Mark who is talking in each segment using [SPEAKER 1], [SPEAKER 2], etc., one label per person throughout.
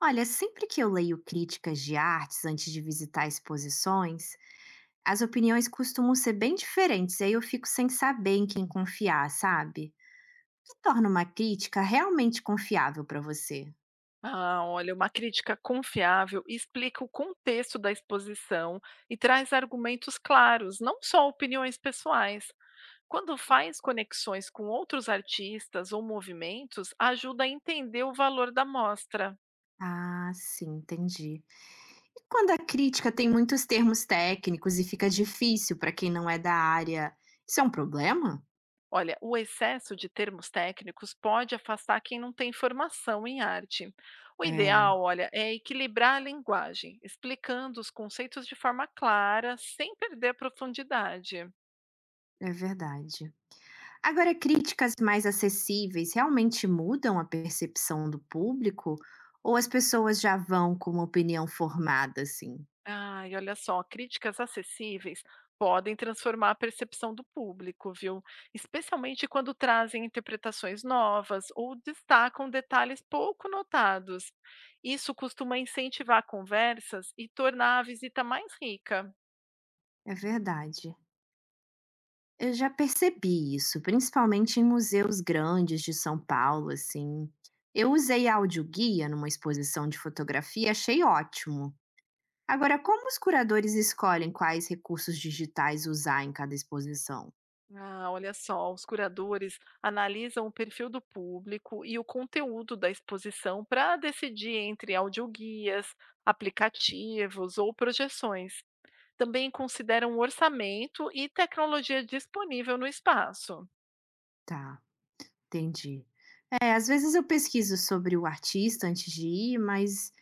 [SPEAKER 1] Olha, sempre que eu leio críticas de artes antes de visitar exposições, as opiniões costumam ser bem diferentes, e aí eu fico sem saber em quem confiar, sabe? O que torna uma crítica realmente confiável para você?
[SPEAKER 2] Ah, olha, uma crítica confiável explica o contexto da exposição e traz argumentos claros, não só opiniões pessoais. Quando faz conexões com outros artistas ou movimentos, ajuda a entender o valor da mostra.
[SPEAKER 1] Ah, sim, entendi. E quando a crítica tem muitos termos técnicos e fica difícil para quem não é da área, isso é um problema?
[SPEAKER 2] Olha, o excesso de termos técnicos pode afastar quem não tem formação em arte. O
[SPEAKER 1] É,
[SPEAKER 2] ideal, olha, é equilibrar a linguagem, explicando os conceitos de forma clara, sem perder a profundidade.
[SPEAKER 1] é verdade. Agora, críticas mais acessíveis realmente mudam a percepção do público ou as pessoas já vão com uma opinião formada assim?
[SPEAKER 2] Ai, olha só, críticas acessíveis podem transformar a percepção do público, viu? Especialmente quando trazem interpretações novas ou destacam detalhes pouco notados. Isso costuma incentivar conversas e tornar a visita mais rica.
[SPEAKER 1] É verdade. Eu já percebi isso, principalmente em museus grandes de São Paulo, assim. Eu usei audioguia numa exposição de fotografia, achei ótimo. Agora, como os curadores escolhem quais recursos digitais usar em cada exposição?
[SPEAKER 2] Ah, olha só, os curadores analisam o perfil do público e o conteúdo da exposição para decidir entre audioguias, aplicativos ou projeções. Também consideram orçamento e tecnologia disponível no espaço.
[SPEAKER 1] Tá. Entendi. É, às vezes eu pesquiso sobre o artista antes de ir, mas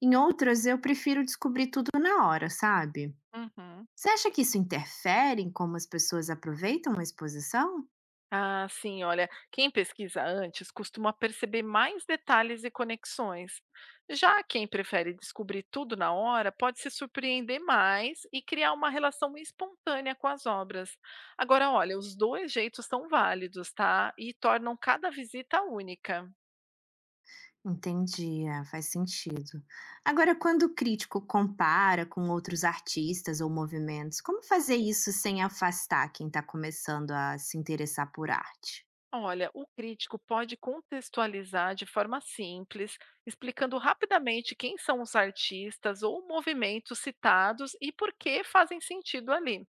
[SPEAKER 1] em outras eu prefiro descobrir tudo na hora, sabe?
[SPEAKER 2] Uhum.
[SPEAKER 1] Você acha que isso interfere em como as pessoas aproveitam a exposição?
[SPEAKER 2] Ah, sim, olha, quem pesquisa antes costuma perceber mais detalhes e conexões. Já quem prefere descobrir tudo na hora pode se surpreender mais e criar uma relação espontânea com as obras. Agora, olha, os dois jeitos são válidos, tá? E tornam cada visita única.
[SPEAKER 1] Entendi, é, faz sentido. Agora, quando o crítico compara com outros artistas ou movimentos, como fazer isso sem afastar quem está começando a se interessar por arte?
[SPEAKER 2] Olha, o crítico pode contextualizar de forma simples, explicando rapidamente quem são os artistas ou movimentos citados e por que fazem sentido ali.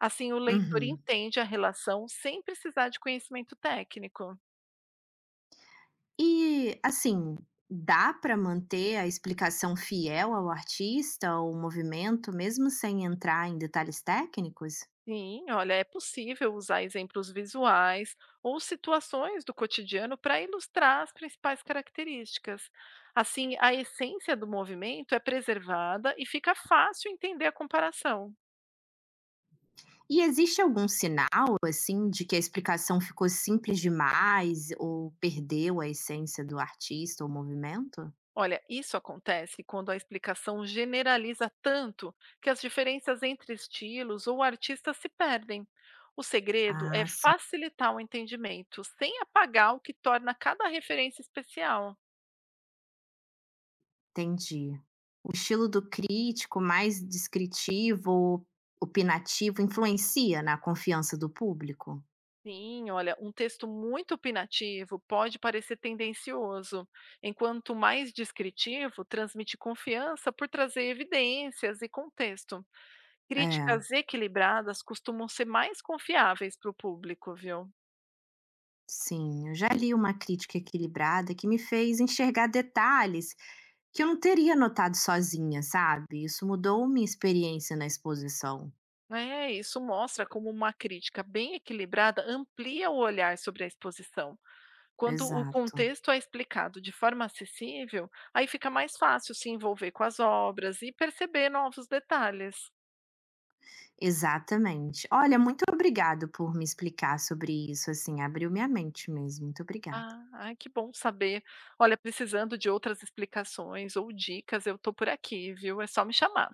[SPEAKER 2] Assim, o leitor
[SPEAKER 1] Uhum.
[SPEAKER 2] entende a relação sem precisar de conhecimento técnico.
[SPEAKER 1] E, assim, dá para manter a explicação fiel ao artista ou movimento, mesmo sem entrar em detalhes técnicos?
[SPEAKER 2] Sim, olha, é possível usar exemplos visuais ou situações do cotidiano para ilustrar as principais características. Assim, a essência do movimento é preservada e fica fácil entender a comparação.
[SPEAKER 1] E existe algum sinal, assim, de que a explicação ficou simples demais ou perdeu a essência do artista ou movimento?
[SPEAKER 2] Olha, isso acontece quando a explicação generaliza tanto que as diferenças entre estilos ou artistas se perdem. O segredo é
[SPEAKER 1] Ah, sim,
[SPEAKER 2] facilitar o entendimento, sem apagar o que torna cada referência especial.
[SPEAKER 1] entendi. O estilo do crítico mais descritivo, opinativo, influencia na confiança do público?
[SPEAKER 2] Sim, olha, um texto muito opinativo pode parecer tendencioso, enquanto mais descritivo transmite confiança por trazer evidências e contexto.
[SPEAKER 1] É.
[SPEAKER 2] Críticas equilibradas costumam ser mais confiáveis para o público, viu?
[SPEAKER 1] Sim, eu já li uma crítica equilibrada que me fez enxergar detalhes que eu não teria notado sozinha, sabe? Isso mudou minha experiência na exposição.
[SPEAKER 2] É, isso mostra como uma crítica bem equilibrada amplia o olhar sobre a exposição. Quando o
[SPEAKER 1] Exato.
[SPEAKER 2] contexto é explicado de forma acessível, aí fica mais fácil se envolver com as obras e perceber novos detalhes.
[SPEAKER 1] Exatamente. Olha, muito obrigado por me explicar sobre isso, assim, abriu minha mente mesmo. Muito obrigada.
[SPEAKER 2] Ah, ai, que bom saber. Olha, precisando de outras explicações ou dicas, eu estou por aqui, viu? É só me chamar.